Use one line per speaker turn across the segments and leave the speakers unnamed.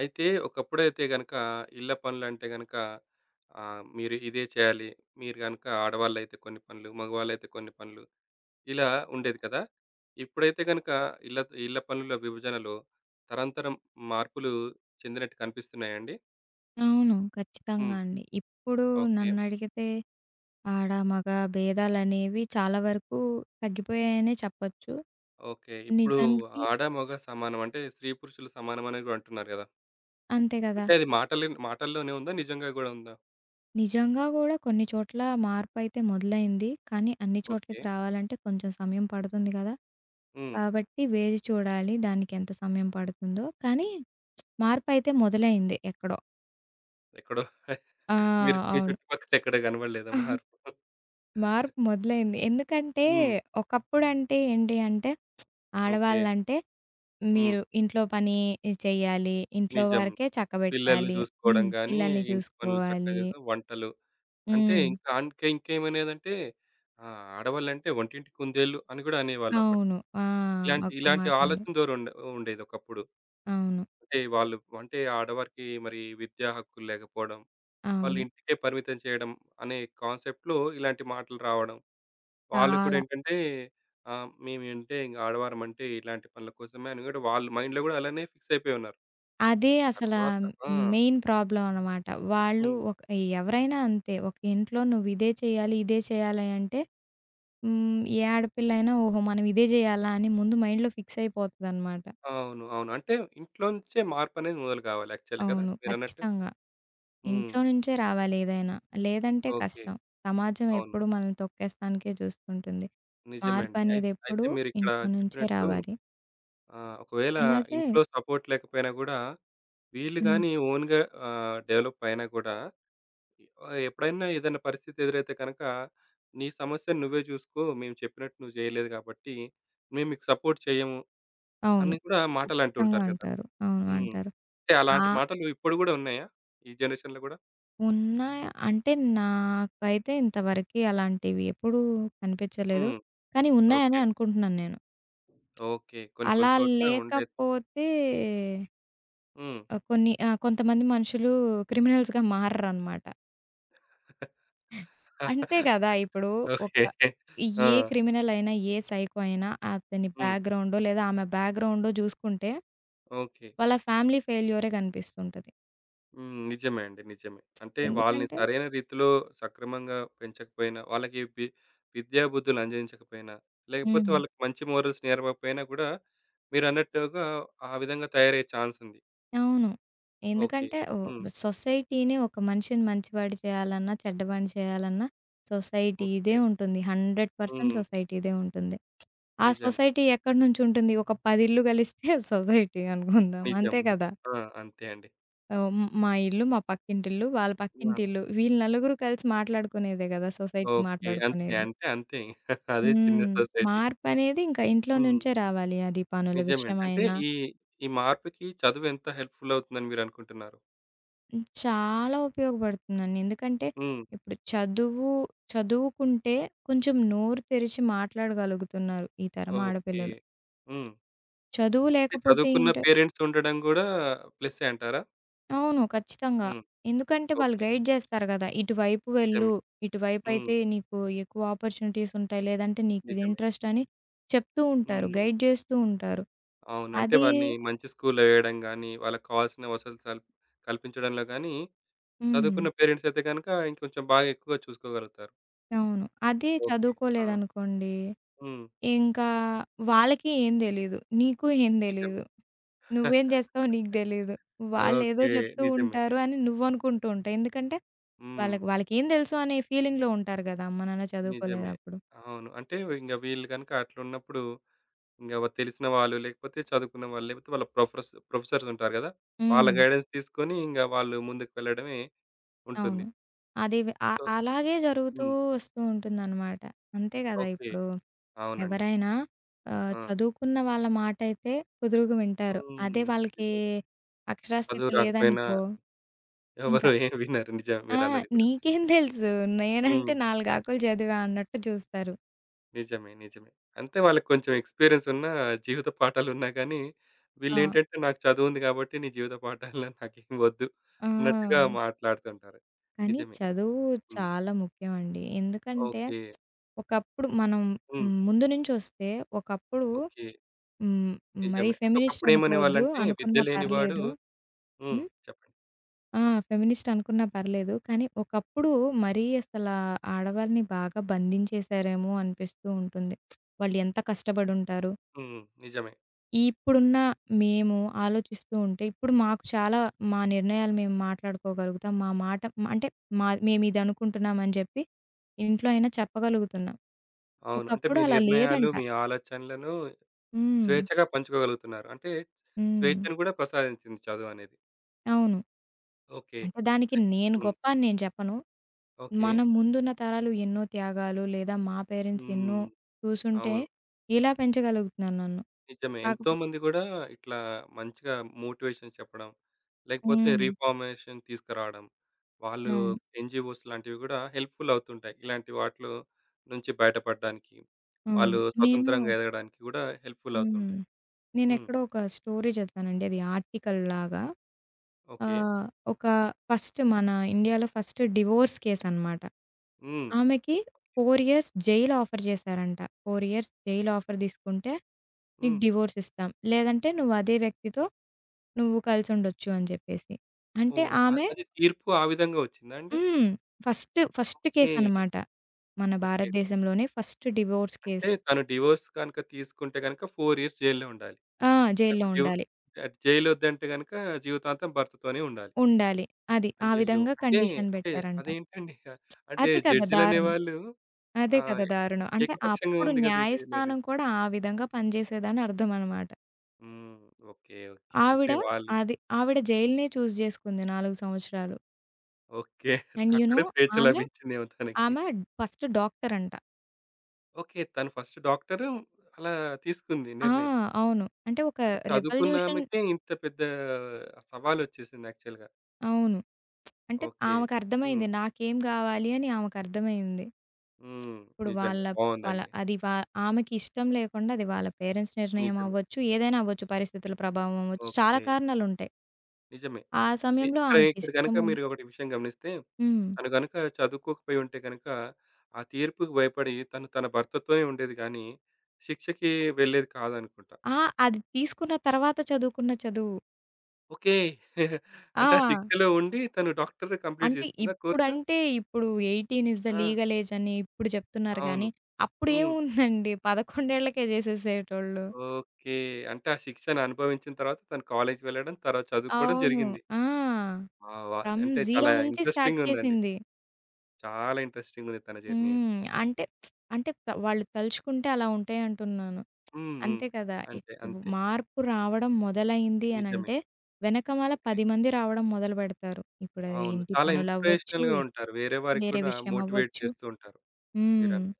అయితే ఒకప్పుడైతే గనక ఇళ్ళ పనులంటే గనక మీరు ఇదే చేయాలి. మీరు గనక ఆడవాళ్ళైతే కొన్ని పనులు, మగవాళ్ళైతే కొన్ని పనులు ఇలా ఉండేది కదా! ఇప్పుడైతే గనక ఇళ్ళ ఇళ్ళ పనుల విభజనలో తరంతరం మార్పులు చెందినట్టు కనిపిస్తున్నాయండి?
అవును. ఖచ్చితంగా
హ్మ్.
అండి. ఇప్పుడు
ఓకే.
నన్నడిగితే ఆడ, మగ భేదాలనేవి చాలా వరకు తగ్గిపోయాయనే చెప్పొచ్చు.
ఓకే. ఇప్పుడు
నిజానికి
ఆడ, మగ సమానం అంటే స్త్రీ, పురుషులు సమానం అని గూడా అంటున్నారు గదా!
అంతే కదా!
అంటే అది మాటలే మాటల్లోనే ఉందా? నిజంగా గూడా ఉందా?
నిజంగా గూడా కొన్ని చోట్ల మార్పయితే మొదలైంది. కానీ అన్ని
ఓకే.
చోట్లకి రావాలంటే కొంచెం సమయం పడుతుంది కదా!
హ్మ్.
కాబట్టి వేచి చూడాలి దానికెంత సమయం పడుతుందో. కానీ మార్పయితే మొదలైంది ఎక్కడో.
ఎక్కడో
ఆ!
మీరు మీ
అవును.
చుట్టుపక్కల ఎక్కడ గనపడలేదా మార్పు?
మార్పు మొదలైంది. ఎందుకంటే
హ్మ్.
ఒకప్పుడంటే ఏంటి అంటే
ఓకే.
ఆడవాళ్ళంటే
హ్మ్.
మీరు ఇంట్లో పని చెయ్యాలి. ఇంట్లో
నిజం.
వరకే
పిల్లల్ని
చక్కబెట్టాలి.
చూసుకోవడం
హ్మ్.
గాని,
పిల్లల్ని
ఇంటి పనులు చక్కగా
చూసుకోవాలి.
చేసి వంటలు అంటే
హ్మ్.
ఇంకా ఇంకా ఇంకేమనేదంటే ఆడవాళ్ళంటే "ఒంటింటి కుందేళ్ళు" అని కూడా అనేవాళ్ళు అప్పట్లో.
అవును. ఆ!
ఇలాంటి
ఒక
ఇలాంటి
మాటుంది.
ఆలోచన ధోరణి ఉండే ఉండేది ఒకప్పుడు.
అవును.
అంటే వాళ్ళు అంటే ఆడవారికి మరి విద్యా హక్కులు లేకపోవడం, వాళ్ళు
అవును.
ఇంటికే పరిమితం చేయడం అనే కాన్సెప్ట్‌లో ఇలాంటి మాటలు రావడం. వాళ్ళు కూడా
చాలా.
ఏంటంటే మేమేంటే ఇంక ఆడవారమంటే ఇలాంటి పనుల కోసమే అని కూడా వాళ్ళు మైండ్‌లో కూడా అలానే ఫిక్స్ అయిపోయి ఉన్నారు.
అదే అసల
తరువాత ఆ!
మెయిన్ ప్రాబ్లమ్ అనమాట. వాళ్ళు
హ్మ్.
ఒక ఎవరైనా అంతే. ఒక ఇంట్లో నువ్వు ఇదే చేయాలి, ఇదే చేయాలి అంటే హ్మ్. ఏ ఆడపిల్లైనా ఓహో! మనం ఇదే చేయాలా అని ముందు మైండ్‌లో ఫిక్స్ అయిపోతదనమాట.
అవును. అవును. అంటే ఇంట్లో నుంచే మార్పనేది మొదలు కావాలి యాక్చువల్లీ కదా!
అవును.
మీరన్నట్టు.
ఖచ్చితంగా.
హ్మ్.
ఇంట్లో నుంచే రావాలి ఏదైనా. లేదంటే
ఓకే.
కష్టం. సమాజం
అవును.
ఎప్పుడు మనల్ని తొక్కేస్తానికే చూస్తుంటుంది.
నిజమే అండి. అయి అయితే
మార్పనేదెప్పుడూ
మీరిక్కడ
ఇంట్లో నుంచే
చెప్పినట్టు
రావాలి.
ఒకవేళ
అలాగే
ఇంట్లో సపోర్ట్ లేకపోయినా గూడా వీళ్ళు
హ్మ్.
గాని ఓన్‌గా డెవలప్ అయినా గూడా ఎప్పుడైనా ఏదైనా పరిస్థితి ఎదురైతే కనుక నీ సమస్యను నువ్వే చూసుకో. మేము చెప్పినట్టు నువ్వు చేయలేదు కాబట్టి మేము మీకు సపోర్ట్ చేయము
అవును.
అని కూడా మాటలంటూ
ఖచ్చితంగా
ఉంటారు కదా!
అంటారు. అవును
హ్మ్.
అంటారు.
అంటే అలాంటి
ఆహ్,
మాటలు ఇప్పుడు గూడా ఉన్నాయా? ఈ జనరేషన్‌లో గూడా?
ఉన్నాయి అంటే నాకైతే ఇంతవరకి అలాంటివి ఎప్పుడూ కనిపించలేదు.
హ్మ్.
కానీ ఉన్నాయనే
ఓకే.
అనుకుంటున్నాను నేను.
ఓకే. కొన్ని
అలా
కొన్ని చోట్ల ఉండే
లేకపోతే
హ్మ్.
ఆహ్, కొన్ని ఆహ్, కొంతమంది మనుషులు క్రిమినల్స్‌గా మారరనమాట. అంతే కదా! ఇప్పుడు ఒక
ఓకే. ఆ!
ఏ క్రిమినల్ అయినా, ఏ సైకో అయినా అతని
హ్మ్.
బ్యాక్‌గ్రౌండో లేదా ఆమె బ్యాక్‌గ్రౌండో జూసుకుంటే
ఓకే.
వాళ్ళ ఫ్యామిలీ ఫెయిల్యూరే గనిపిస్తుంటది.
హ్మ్. నిజమే అండి. నిజమే. అంటే వాళ్ళని
ఎందుకంటే
సరైన రీతిలో సక్రమంగా పెంచకపోయినా, వాళ్ళకి వి విద్యా బుద్ధులు అందించకపోయినా, లేకపోతే
హ్మ్.
వాళ్ళకి మంచి మోరల్స్ నేర్పకపోయినా కూడా మీరన్నట్టుగా ఆ విధంగా తయారయ్యే ఛాన్స్ ఉంది.
అవును.
ఓకే.
ఎందుకంటే ఓహ్!
హ్మ్.
సొసైటీ‌నే ఒక మనిషిని మంచివాడు చేయాలన్నా, చెడ్డవాడిని చేయాలన్నా సొసైటీదే
ఓకే.
ఉంటుంది. 100%
హ్మ్.
సొసైటీదే ఉంటుంది. ఆ
నిజంగా.
సొసైటీ ఎక్కడి నుంచి ఉంటుంది? ఒక 10 ఇళ్ళు గలిస్తే సొసైటీ అనుకుందాం.
నిజం.
అంతే కదా!
నిజం. ఆ! అంతే అండి.
ఆహ్, హ్మ్. మా ఇల్లు, మా పక్కింటిల్లు, వాళ్ళ
ఆ!
పక్కింటిల్లు వీళ్ళు నలుగురు కలిసి మాట్లాడుకునేదే గదా! Society
okay. అంతే.
మాట్లాడుకునేది.
అంటే అంతే. అదే చిన్న
హ్మ్.
సొసైటీ.
మార్పనేది ఇంకా ఇంట్లో
హ్మ్.
నుంచే రావాలి. అది పనుల
నిజమేండి. అంటే
విషయమైనా
ఈ, ఈ మార్పుకి చదువు ఎంత హెల్ప్‌ఫుల్ అవుతుందని మీరనుకుంటున్నారు?
హ్మ్. చాలా ఉపయోగపడుతుందండి. ఎందుకంటే
హ్మ్.
ఇప్పుడు చదువు చదువుకుంటే కొంచెం నోరు తెరిచి మాట్లాడగలుగుతున్నారు ఈ తరం
ఓకే.
ఆడపిల్లలు.
హ్మ్.
చదువు
అంటే
లేకపోతే
చదువుకున్న
ఏంటంటే
పేరెంట్స్ ఉండడం గూడా ప్లస్సే అంటారా?
అవును. ఖచ్చితంగా.
హ్మ్.
ఎందుకంటే వాళ్ళు
ఓకే.
గైడ్ జేస్తారు గదా! ఇటువైపు వెళ్ళు,
నిజమే. హ్మ్.
ఇటువైపయితే నీకు ఎక్కువ ఆపర్చునిటీస్ ఉంటాయి. లేదంటే నీకిది
నిజమే.
ఇంట్రెస్ట్ అని చెప్తూ ఉంటారు.
హ్మ్.
గైడ్ జేస్తూ ఉంటారు.
అవును. అంటే
అదే
వారిని మంచి స్కూల్‌లో వేయడం గానీ, వాళ్ళకి కావాల్సిన వసతులు కల్ కల్పించడంలో గానీ,
హ్మ్.
చదువుకున్న పేరెంట్స్ అయితే గనక ఇంకొంచెం బాగా ఎక్కువగా చూసుకోగలుగుతారు.
అవును. అదే
ఓకే. ఆ!
చదువుకోలేదనుకోండి,
హ్మ్.
ఇంకా వాళ్ళకి ఏం తెలీదు. నీకు ఏం తెలీదు.
నిజమే.
నువ్వేం జేస్తావో నీకు తెలీదు. వాళ్ళేదో
ఓకే.
చెప్తూ
నిజమే.
ఉంటారు
నిజమే.
అని నువ్వనుకుంటూ ఉంటావు. ఎందుకంటే
హ్మ్.
వాళ్ళకేం తెలుసు అనే ఫీలింగ్‌లో ఉంటారు గదా! అమ్మ, నాన్న
నిజమే.
చదువుకోలేదప్పుడు.
అవును. అంటే ఇంగ వీళ్ళు గనుక అట్లున్నప్పుడు ఇంగ వ తెలిసిన వాళ్ళు లేకపోతే చదువుకున్న వాళ్ళు లేకపోతే వాళ్ళ ప్రొఫెస్ ప్రొఫెసర్స్ ఉంటారు గదా! వాళ్ళ
హ్మ్.
గైడెన్స్ తీసుకొని ఇంగ వాళ్ళు ముందుకు వెళ్ళడమే
అవును.
ఉంటుంది.
అది వె ఆహ్,
సో
అలాగే జరుగుతూ
హ్మ్.
వస్తూ ఉంటుందనమాట. అంతే గదా!
ఓకే.
ఇప్పుడు
అవునండి.
ఎవరైనా ఆహ్,
ఆ!
చదువుకున్న వాళ్ళ మాటయితే కుదురుగా వింటారు. అదే
హ్మ్.
వాళ్ళకి
నిజం.
అక్షరాస్యత
చదువు రాకపోయినా
లేదనుకో ఇంకా
ఎవరు ఏం వినరు. నిజం
ఆ!
మీరన్నది గూడా.
నీకేం తెలుసు?
హ్మ్.
నేనంటే 4 ఆకులు చదివా అన్నట్టు చూస్తారు.
నిజమే. నిజమే. అంతే వాళ్ళకి కొంచెం ఎక్స్‌పీరియన్స్ ఉన్న జీవిత పాఠాలున్నా గానీ,
ఆ!
వీళ్ళేంటంటే నాకు చదువుంది గాబట్టి నీ జీవిత పాఠాలు నాకేం వద్దు అన్నట్టుగా
ఆ!
మాట్లాడుతుంటారు.
కానీ
నిజమే.
చదువు
హ్మ్.
చాలా ముఖ్యమండి. ఎందుకంటే
ఓకే.
ఒకప్పుడు మనం
హ్మ్.
హ్మ్, ముందు నుంచొస్తే ఒకప్పుడు
ఓకే.
హ్మ్, మరీ
నిజమే. అంటే
ఫెమినిస్ట్ అనుకోవద్దు.
ఒకప్పుడేమనేవాళ్ళంటే విద్య
అనుకున్నా
లేనివాడు
పర్లేదు.
హ్మ్.
హ్మ్.
చెప్పండి.
ఆ! ఫెమినిస్ట్ అనుకున్నా పర్లేదు. కానీ ఒకప్పుడు మరీ అసలా ఆడవాళ్ళని బాగా బంధించేసారేమో అనిపిస్తూ ఉంటుంది. వాళ్ళు ఎంత కష్టపడుంటారు.
హ్మ్. నిజమే.
ఇప్పుడున్న మేము ఆలోచిస్తూ ఉంటే ఇప్పుడు మాకు చాలా మా నిర్ణయాలు మేము మాట్లాడుకోగలుగుతాం. మా మాట అంటే మా మేమిదనుకుంటున్నాం అని జెప్పి ఇంట్లో అయినా చెప్పగలుగుతున్నాం.
అవును. అంటే
ఒకప్పుడు
మీ
అలా
నిర్ణయాలు,
లేదంట.
మీ ఆలోచనలను
హ్మ్.
స్వేచ్ఛగా పంచుకోగలుగుతున్నారు. అంటే
హ్మ్.
స్వేచ్ఛను గూడా ప్రసాదించింది చదువనేది.
అవును.
ఓకే.
అంటే దానికి నేను
హ్మ్.
గొప్ప అని నేను చెప్పను.
ఓకే.
మన ముందున్న తరాలు ఎన్నో త్యాగాలు లేదా మా పేరెంట్స్ ఎన్నో
హ్మ్.
చూసుంటే
అవును.
ఇలా పెంచగలుగుతున్నాను నన్ను.
నిజమే.
కాకపోతే
ఎంతోమంది గూడా ఇట్లా మంచిగా మోటివేషన్ చెప్పడం, లేకపోతే
హ్మ్.
రీఫార్మేషన్ తీసుకురావడం, వాళ్ళు
అవును.
ఎన్‌జీఓస్ లాంటివి గూడా హెల్ప్‌ఫుల్ అవుతుంటాయి. ఇలాంటి వాటిలో నుంచి బయటపడడానికి,
అవును.
వాళ్ళు
నేను
స్వతంత్రంగా ఎదగడానికి గూడా హెల్ప్‌ఫుల్
హ్మ్.
అవుతుంటాయి. హ్మ్.
నేనెక్కడో ఒక స్టోరీ చదివానండి. అది ఆర్టికల్ లాగా.
ఓకే.
ఆహ్, ఒక ఫస్ట్ మన ఇండియాలో ఫస్ట్ డివోర్స్ కేస్ అనమాట.
హ్మ్.
ఆమెకి 4 ఇయర్స్ జైలు ఆఫర్ చేశారంట. 4 ఇయర్స్ జైలు ఆఫర్ తీసుకుంటే నీకు
హ్మ్.
డివోర్స్ ఇస్తాం. లేదంటే నువ్వు అదే వ్యక్తితో నువ్వు కలిసుండొచ్చు అని చెప్పేసి. అంటే
ఓహ్! అ
ఆమె
అది తీర్పు ఆ విధంగా వచ్చిందా అండి?
హ్మ్. First
okay.
కేసనమాట. మన
ఓకే.
భారతదేశంలోనే ఫస్ట్ డివోర్స్
అంటే
కేసు.
తను డివోర్స్ గనుక తీసుకుంటే గనుక 4 ఇయర్స్ జైల్‌లో ఉండాలి.
ఆ!
నాకు
జైల్లో
డివో
ఉండాలి.
జైలొద్దంటే గనుక జీవితాంతం భర్తతోనే ఉండాలి.
ఉండాలి. అది. ఆ
అయ్యయ్యో!
విధంగా
అంటే,
కండిషన్
అంటే
బెట్టారంట.
అదేంటండి? అంటే
అదే కదా దారుణం.
జడ్జిలనేవాళ్ళు
అదే
ఆహ్,
కదా దారుణం. అంటే
ఏకపక్షంగా
అప్పుడు
ఉంది గదా! ఇది నేను
న్యాయస్థానం కూడా ఆ విధంగా పనిజేసేదని అర్థమనమాట.
హ్మ్. ఓకే. ఓకే.
ఆవిడ
అంటే వాళ్ళు గూడా
అది ఆవిడ జైలునే చూజ్ జేసుకుంది 4 సంవత్సరాలు.
ఓకే.
అండ్ యూ నో
అక్కడే స్వేచ్ఛ
ఆమె,
లభించిందేమో తనకి.
ఆమె ఫస్ట్ డాక్టరంట.
ఓకే. తను ఫస్ట్ డాక్టరు అలా తీసుకుంది
ఆ!
నిర్ణయం.
అవును. అంటే ఒక
అంటే
రెవల్యూషన్
చదువుకున్నామెకే ఇంత పెద్ద సవాలొచ్చేసింది యాక్చువల్‌గా.
అవును. అంటే
ఓకే. హ్మ్.
ఆమెకర్థమైంది. నాకేం గావాలి అని ఆమెకర్థమైంది.
హ్మ్.
ఇప్పుడు వాళ్ళ
నిజంగా
వాళ్ళ
బావుందండి.
అది వా ఆమెకి ఇష్టం లేకుండా అది వాళ్ళ పేరెంట్స్ నిర్ణయం
నిజమే.
అవ్వచ్చు, ఏదైనా అవ్వచ్చు, పరిస్థితుల ప్రభావం అవ్వచ్చు. చాలా
ఓకే.
కారణాలుంటాయి.
నిజమే.
ఆ సమయంలో
ఇక్కడ ఇక్కడ గనుక
ఆమెకిష్టము
మీరు ఒకటి విషయం గమనిస్తే
హ్మ్.
తను గనుక చదువుకోకపోయి ఉంటే గనుక, ఆ తీర్పుకి భయపడి తను తన భర్తతోనే ఉండేది గానీ, శిక్షకి వెళ్ళేది కాదనుకుంటా.
ఆ! అది తీసుకున్న తర్వాత చదువుకున్న చదువు.
ఓకే.
ఆ!
అంటే ఆ శిక్షలో ఉండి తను డాక్టర్ కంప్లీట్
అంటే
చేసిందా కోర్సు?
ఇప్పుడంటే ఇప్పుడు 18 is the
ah!
Legal age అని ఇప్పుడు చెప్తున్నారు గానీ,
అవును. హ్మ్.
అప్పుడేముందండి 11 ఏళ్లకే చేసేసేటోళ్ళు.
ఓకే. అంటే ఆ శిక్షను అనుభవించిన తర్వాత తను కాలేజ్‌కి వెళ్ళడం, తర్వాత చదువుకోవడం
అవును.
జరిగింది.
ఆ!
ఆ! వ
ఫ్రమ్
అంటే
0
చాలా
నుంచి స్టార్ట్
ఇంట్రెస్టింగుందండి.
చేసింది.
చాలా ఇంట్రెస్టింగుంది తన జర్నీ అయితే.
హ్మ్. అంటే అంటే త వాళ్ళు తలుచుకుంటే అలా ఉంటాయంటున్నాను.
హ్మ్. హ్మ్.
అంతే కదా!
అంతే. అంతే.
మార్పు రావడం మొదలైంది
నిజమే.
అనంటే, వెనకమాల
ఓకే.
10 మంది రావడం మొదలుపెడతారు. ఇప్పుడది
అవును.
ఇంటి
చాలా
పనులవ్వచ్చు,
ఇన్‌స్పిరేషనల్‌గా ఉంటారు. వేరే వారికి
వేరే
కూడా
విషయం
మోటివేట్
అవ్వచ్చు.
చేస్తూ ఉంటారు
హ్మ్.
మీరన్నట్టు.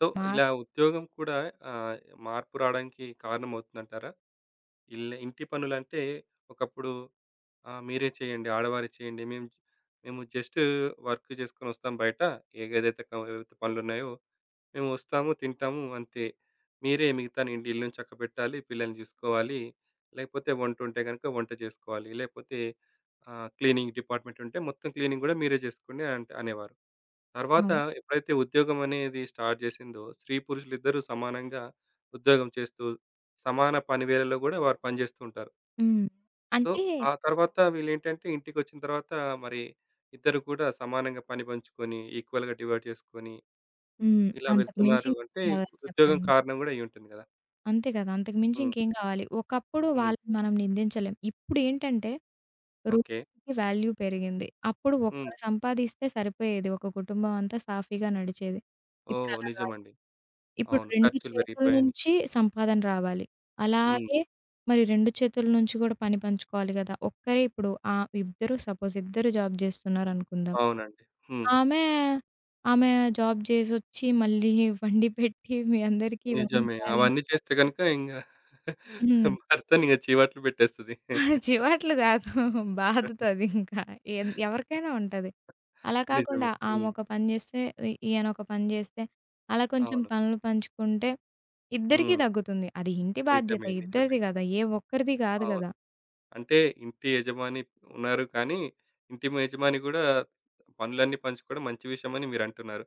సో, ఇలా
మార్పు
ఉద్యోగం కూడా ఆహ్, మార్పు రావడానికి కారణమవుతుందంటారా? ఇల్ ఇంటి పనులంటే ఒకప్పుడు మీరే చేయండి, ఆడవారే చేయండి. మేము మేము జస్ట్ వర్క్ చేసుకొనొస్తాం బయట. ఏగేదైతే క ఏవైతే పనులున్నాయో మేము వస్తాము, తింటాము అంతే. మీరే మిగతా నీ ఇల్లుని చక్కబెట్టాలి, పిల్లల్ని చూసుకోవాలి, లేకపోతే వంటుంటే గనుక వంట చేసుకోవాలి, లేకపోతే క్లీనింగ్ డిపార్ట్‌మెంట్ ఉంటే మొత్తం క్లీనింగ్ గూడా మీరే చేసుకోండి అంటే అనేవారు. తర్వాత ఎప్పుడైతే ఉద్యోగం అనేది స్టార్ట్ చేసిందో స్త్రీ, పురుషులిద్దరూ సమానంగా ఉద్యోగం చేస్తూ, సమాన పని వేళల్లో గూడా వారు పనిచేస్తూ ఉంటారు.
హ్మ్.
సో,
అంటే
ఆ తర్వాత వీళ్ళేంటంటే ఇంటికొచ్చిన తర్వాత మరి ఇద్దరు కూడా సమానంగా పని పంచుకొని, ఈక్వల్‌గా డివైడ్ చేసుకొని
హ్మ్.
ఇలా
అంతకు మించి
వెళ్తున్నారు అంటే
ఇంకేం కావాలి
ఉద్యోగం
చెప్పండి.
కారణం గూడా అయ్యుంటుంది గదా!
అంతే కదా! అంతకు మించి
హ్మ్.
ఇంకేం కావాలి. ఒకప్పుడు
హ్మ్.
వాళ్ళని మనం నిందించలేం. ఇప్పుడేంటంటే
ఓకే.
రూపాయికి వాల్యూ పెరిగింది. అప్పుడు
హ్మ్.
ఒక్కరు సంపాదిస్తే సరిపోయేది. ఒక కుటుంబం అంతా సాఫీగా నడిచేది.
ఓహ్!
ఇప్పుడలా కాదు.
నిజమండి.
ఇప్పుడు
అవును.
2
ఖర్చులు
చేతుల
పెరిగిపోయాయని.
నుంచి సంపాదన రావాలి.
హ్మ్.
అలాగే మరి 2 చేతుల నుంచి కూడా పని పంచుకోవాలి కదా! ఒక్కరే ఇప్పుడు ఆహ్, ఇద్దరు సపోజ్ ఇద్దరు జాబ్ చేస్తున్నారనుకుందాం.
అవునండి. హ్మ్.
ఆమె, ఆమె జాబ్ చేసొచ్చి మళ్ళీ వండి పెట్టి మీ అందరికీ ఇవన్నీ
నిజమే.
చేయాలంటే
అవన్నీ
కష్టం.
చేస్తే గనుక ఇంగ భర్తనింగ చీవట్లు పెట్టేస్తది.
హ్మ్. చివాట్లు కాదు. బాధతోదింకా. ఎవరికైనా ఉంటది. అలా
నిజమే.
కాకుండా ఆమె
హ్మ్.
ఒక పని చేస్తే, ఈయన ఒక పని చేస్తే, అలా కొంచెం
అవును.
పనులు పంచుకుంటే ఇద్దరికీ
హ్మ్.
తగ్గుతుంది. అది ఇంటి బాధ్యత
నిజమే. నిజమే.
ఇద్దరిది కదా! ఏ ఒక్కరిది కాదు
అవును.
కదా!
అంటే ఇంటి యజమాని ఉన్నారు కానీ, ఇంటి యజమాని గూడా పనులన్నీ పంచుకోవడం మంచి విషయమని మీరంటున్నారు.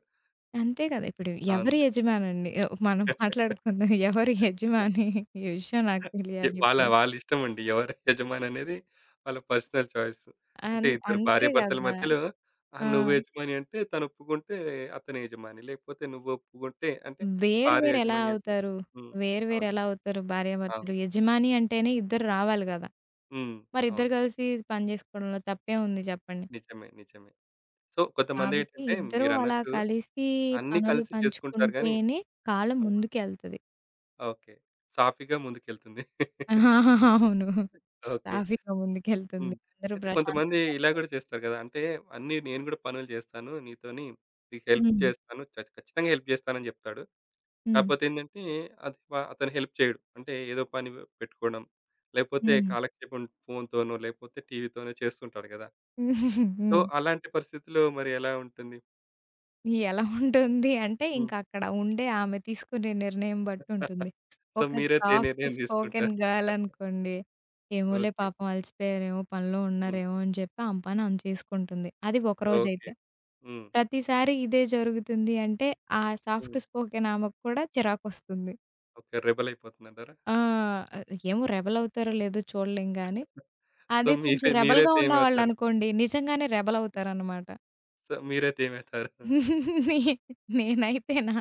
అంతే కదా! ఇప్పుడు
అవును.
ఎవరు యజమానండి? ఆహ్, మనం మాట్లాడుకుందాం. ఎవరు యజమాని? ఈ విషయం నాకు
ఎ
తెలియాలి
వాళ్ళ
ఇప్పుడు.
వాళ్ళిష్టమండి. ఎవరు యజమాని అనేది వాళ్ళ పర్సనల్ చాయిస్. అంటే ఇద్దరు
అంతే
భార్యాభర్తల
కదా!
మధ్యలో
ఆ!
నువ్వు యజమాని అంటే తనొప్పుకుంటే అతనే యజమాని. లేకపోతే నువ్వు ఒప్పుకుంటే అంటే
వేరు
భార్య
వేరు ఎలా
యజమాని అంటుంది.
అవుతారు?
హ్మ్.
వేరు వేరు
అవును.
ఎలా అవుతారు భార్యాభర్తలు?
అవును.
యజమాని అంటేనే ఇద్దరు రావాలి కదా!
హ్మ్.
మరి ఇద్దరు
అవును.
కలిసి పని చేసుకోవడంలో తప్పే ఉంది చెప్పండి?
నిజమే. నిజమే. సో,
కాబట్టి
కొంతమందేంటంటే
ఇద్దరూ అలా
మీరన్నట్టు
కలిసి
అన్నీ
పనులు
కలిసి చేసుకుంటారు గానీ
పంచుకుంటేనే కాలం
ఆ!
ముందుకెళ్తది.
ఓకే. సాఫీగా ముందుకెళ్తుంది.
అవును.
ఓకే.
సాఫీగా ముందుకెళ్తుంది.
హ్మ్.
అందరూ
అయితే కొంతమంది
ప్రశాంతంగా
ఇలా గూడా
ఉండొచ్చు.
చేస్తారు గదా! అంటే అన్నీ నేను గూడా పనులు జేస్తాను నీతోని. నీకు హెల్ప్
హ్మ్.
చేస్తాను. చ ఖచ్చితంగా హెల్ప్ జేస్తానని జెప్తాడు.
హ్మ్.
కాపోతే ఏంటంటే అది వ అతను హెల్ప్ చేయడు. అంటే ఏదో పని పెట్టుకోవడం, లేపోతే
హ్మ్.
కాలక్షేపం ఫోన్‌తోనో, లేపోతే టీవీతోనో చేస్తుంటాడు గదా! సో,
హ్మ్.
అలాంటి పరిస్థితిలో మరి ఎలా ఉంటుంది?
ఎలా ఉంటుంది అంటే,
హ్మ్.
ఇంక అక్కడ ఉండే ఆమె తీసుకునే నిర్ణయం బట్టి ఉంటుంది.
సో,
ఒక
మీరే తే
సాఫ్ట్
నిర్ణయం
స్పోకెన్
తీసుకుంటారు.
గర్ల్ అనుకోండి, ఏమోలే
ఓకే.
పాపం అలసిపోయారేమో, పనిలో
హ్మ్.
ఉన్నారేమో అని చెప్పి ఆమె పని ఆమె చేసుకుంటుంది. అది ఒకరోజైతే.
ఓకే. హ్మ్.
ప్రతిసారి ఇదే జరుగుతుంది అంటే, ఆ సాఫ్ట్
హ్మ్.
స్పోకెన్ ఆమెకు కూడా చిరాకొస్తుంది.
ఓకే. రెబెల్ అయిపోతుందంటారా?
ఆ! ఏమో రెబెల్ అవుతారో లేదో చూడలేం గానీ,
సో,
అదే కొంచెం
మీరే
రెబెల్‌గా
మీరైతే ఏమవుతారు?
ఉన్నవాళ్ళనుకోండి, నిజంగానే రెబెల్ అవుతారనమాట.
సో, మీరైతే ఏమవుతారు?
నే నేనైతేనా?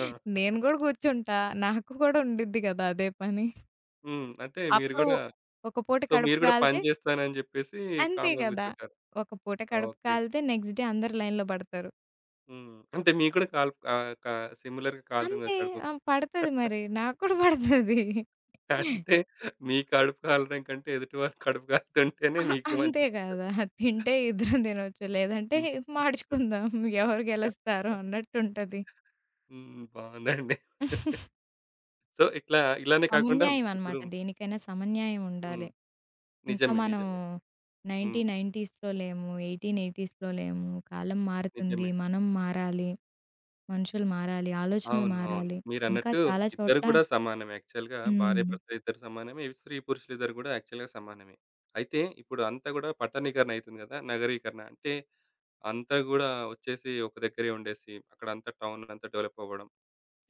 ఆ!
నేను గూడా కూర్చుంటా. నాకు కూడా ఉండిద్ది గదా! అదే పని.
హ్మ్. అంటే మీరు
అప్పుడు
గూడా
ఒక పూట
సో,
కడుపు
మీరు గూడా పని
కాలితే
జేస్తానని జెప్పేసి
అంతే
కామ్‌గా
గదా!
గూర్చుంటారు.
ఒక పూట కడుపు
ఓకే.
కాలితే నెక్స్ట్ డే అందరూ లైన్‌లో పడతారు.
హ్మ్. అంటే మీకు గూడా కాలు కా సిమిలర్‌గా కాలుతుంది
అంతే.
గదా కడుపు.
ఆ! పడతది మరి. నాకు కూడా పడతది.
అంటే మీ కడుపు కాలడం కంటే ఎదుటి వారి కడుపు కాలుతుంటేనే
ఆ!
మీకు
అంతే
మంచిగుంటది.
గదా! తింటే ఇద్దరం తినొచ్చు. లేదంటే
హ్మ్.
మాడుచుకుందాం. ఎవరు గెలుస్తారో అన్నట్టుంటది.
హ్మ్. బావుందండి. సో, ఇట్లా ఇలానే కాకుండా
సమన్యాయం
ఇప్పుడు
అన్నమాట. దేనికైనా సమన్యాయం ఉండాలి.
హ్మ్.
ఇంకా
నిజమే.
మనం
నిజమే. హ్మ్.
1990స్‌లో లేము. 1880స్‌లో లేము. కాలం మారుతుంది.
నిజమే.
మనం మారాలి. మనుషులు మారాలి. ఆలోచనలు
అవును. అవును.
మారాలి. ఇంకా
మీరన్నట్టు
చాలా
ఇద్దరు
చోట్ల
కూడా సమానమే. యాక్చువల్‌గా
హ్మ్.
భార్యాభర్తలు ఇద్దరు సమానమే. స్త్రీ పురుషులిద్దరు కూడా యాక్చువల్‌గా సమానమే. అయితే ఇప్పుడు అంతా కూడా పట్టణీకరణ అయితుంది కదా! నగరీకరణ. అంటే అంతా గూడా వచ్చేసి ఒక దగ్గరే ఉండేసి అక్కడంతా టౌన్ అంతా డెవలప్ అవ్వడం.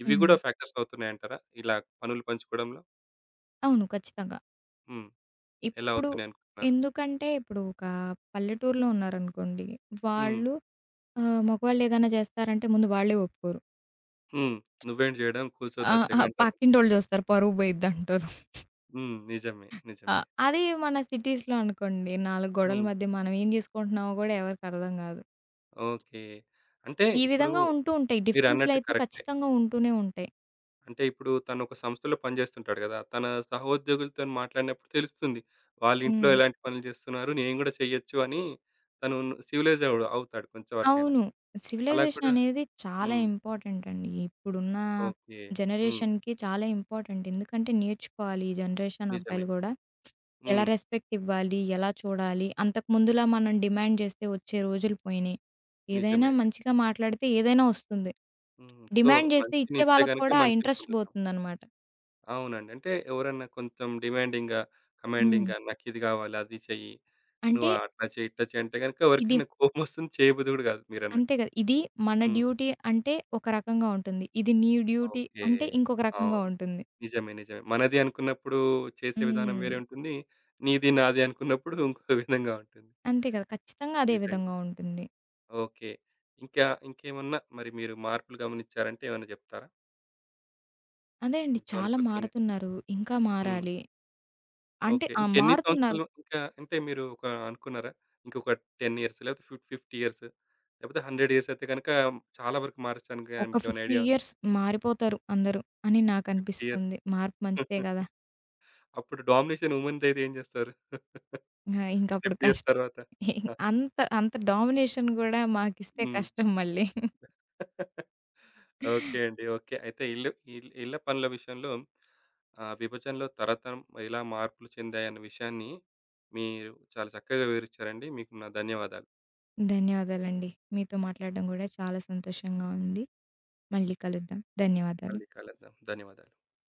ఇవి
హ్మ్.
కూడా ఫ్యాక్టర్స్ అవుతున్నాయంటారా? ఇలా పనులు పంచుకోవడంలో?
అవును. ఖచ్చితంగా.
హ్మ్. ఎలా
ఇప్పుడు
అవుతున్నాయనుకుంటున్నారు?
ఎందుకంటే ఇప్పుడు ఒక పల్లెటూరులో ఉన్నారనుకోండి.
హ్మ్.
వాళ్ళు ఆహ్, మగవాళ్ళు ఏదైనా చేస్తారంటే ముందు వాళ్ళే ఒప్పుకోరు.
హ్మ్. నువ్వేం చేయడం కూర్చో
ఆ! అహా!
దచ్చగా అంటారు.
పక్కింటోళ్ళు చూస్తారు. పరువు పోయిద్దంటారు.
హ్మ్. నిజమే.
ఆ!
నిజమే.
అదే మన సిటీస్‌లో అనుకోండి. నాలుగు గోడల
హ్మ్.
మధ్య మనం ఏం చేసుకుంటున్నామో కూడా ఎవరికీ అర్థం కాదు.
ఓకే. అంటే
ఈ
ఇప్పుడు
విధంగా ఉంటూ ఉంటాయి.
మీరన్నట్టు
డిఫరెన్స్‌లయితే
కరెక్టే.
ఖచ్చితంగా ఉంటూనే ఉంటాయి.
అంటే ఇప్పుడు తను ఒక సంస్థలో పనిచేస్తుంటాడు కదా! తన సహోద్యోగులతోని మాట్లాడినప్పుడు తెలుస్తుంది. వాళ్ళ ఇంట్లో
హ్మ్.
ఎలాంటి పనులు చేస్తున్నారు. నేను కూడా చేయొచ్చు అని తను సివిలైజ్ అవు అవుతాడు కొంచెం వరకైనా.
అవును.
అలా
సివిలైజేషన్
కూడా
అనేది చాలా
హ్మ్.
ఇంపార్టెంట్ అండి. ఇప్పుడున్న
ఓకే. హ్మ్.
జనరేషన్‌కి చాలా ఇంపార్టెంట్. ఎందుకంటే నేర్చుకోవాలి ఈ జనరేషన్
నిజమే.
అబ్బాయిలు గూడా. ఎలా
హ్మ్.
రెస్పెక్ట్ ఇవ్వాలి? ఎలా చూడాలి? అంతకు ముందులా మనం డిమాండ్ చేస్తే వచ్చే రోజులు పోయినాయి. ఏదైనా
నిజమే అండి.
మంచిగా మాట్లాడితే ఏదైనా వస్తుంది.
హ్మ్. సో,
డిమాండ్ చేస్తే
మంచిని
ఇచ్చే
ఇస్తే
వాళ్ళకి కూడా
గనుక
ఆ
మంచిని
ఇంట్రెస్ట్
పొందుతాం.
పోతుందనమాట.
అవునండి. అంటే ఎవరన్నా కొంచెం డిమాండింగ్‌గా,
హ్మ్.
కమాండింగ్‌గా నాకిది కావాలి, అది చెయ్యి, నువ్వు
అంటే
అట్లా చెయ్యి, ఇట్లా చెయ్యి అంటే గనుక
ఇది
ఎవరికైనా కోపమొస్తుంది చేయబుద్ధి కూడా కాదు
అంతే
మీరన్నట్టు.
కదా! ఇది మన
హ్మ్.
డ్యూటీ అంటే ఒక రకంగా ఉంటుంది. ఇది నీ డ్యూటీ
ఓకే.
అంటే ఇంకొక రకంగా
అవును.
ఉంటుంది.
నిజమే. నిజమే. మనది అనుకున్నప్పుడు చేసే విధానం
హ్మ్.
వేరే ఉంటుంది. నీది, నాది అనుకున్నప్పుడు ఇంకొక విధంగా ఉంటుంది.
అంతే కదా! ఖచ్చితంగా అదే
నిజంగా.
విధంగా ఉంటుంది.
ఓకే. ఇంకా ఇంకేమన్నా మరి మీరు మార్పులు గమనించారంటే ఏమైనా చెప్తారా?
అదే అండి
మీకేమైనా
చాలా
గుర్తున్నాయి?
మారుతున్నారు. ఇంకా
హ్మ్.
మారాలి. అంటే
ఓకే.
ఆ!
ఇంకెన్ని
మారుతున్నారు.
సంవత్సరాలు ఇంకా అంటే మీరు ఒక అనుకున్నారా? ఇంకొక 10 ఇయర్స్ లేకపోతే ఫిఫ్ 50 ఇయర్స్ లేకపోతే 100 ఇయర్స్ అయితే గనక చాలా వరకు మార్చడానికి
ఒక
మీకేమైనా
50
ఐడియా ఉంది?
ఇయర్స్ మారిపోతారు అందరూ అని
50 ఇయర్స్
నాకనిపిస్తుంది. మార్పు మంచిదే కదా!
అప్పుడు డామినేషన్ ఉమెన్‌దైతే ఏం చేస్తారు?
ఆ! ఇంకప్పుడు
50 ఇయర్స్
కష్టం.
తర్వాత?
అంత అంత డామినేషన్ గూడా మాకిస్తే
హ్మ్.
కష్టం మళ్ళీ.
ఓకే అండి. ఓకే. అయితే ఇల్లు ఇల్ ఇళ్ళ పనుల విషయంలో విభజనలో తరతరం ఎలా మార్పులు చెందాయన్న విషయాన్ని మీరు చాలా చక్కగా వివరించారండి. మీకు నా ధన్యవాదాలు.
ధన్యవాదాలండి. మీతో మాట్లాడడం గూడా చాలా సంతోషంగా ఉంది. మళ్ళీ కలుద్దాం. ధన్యవాదాలు.
మళ్ళీ కలుద్దాం. ధన్యవాదాలు.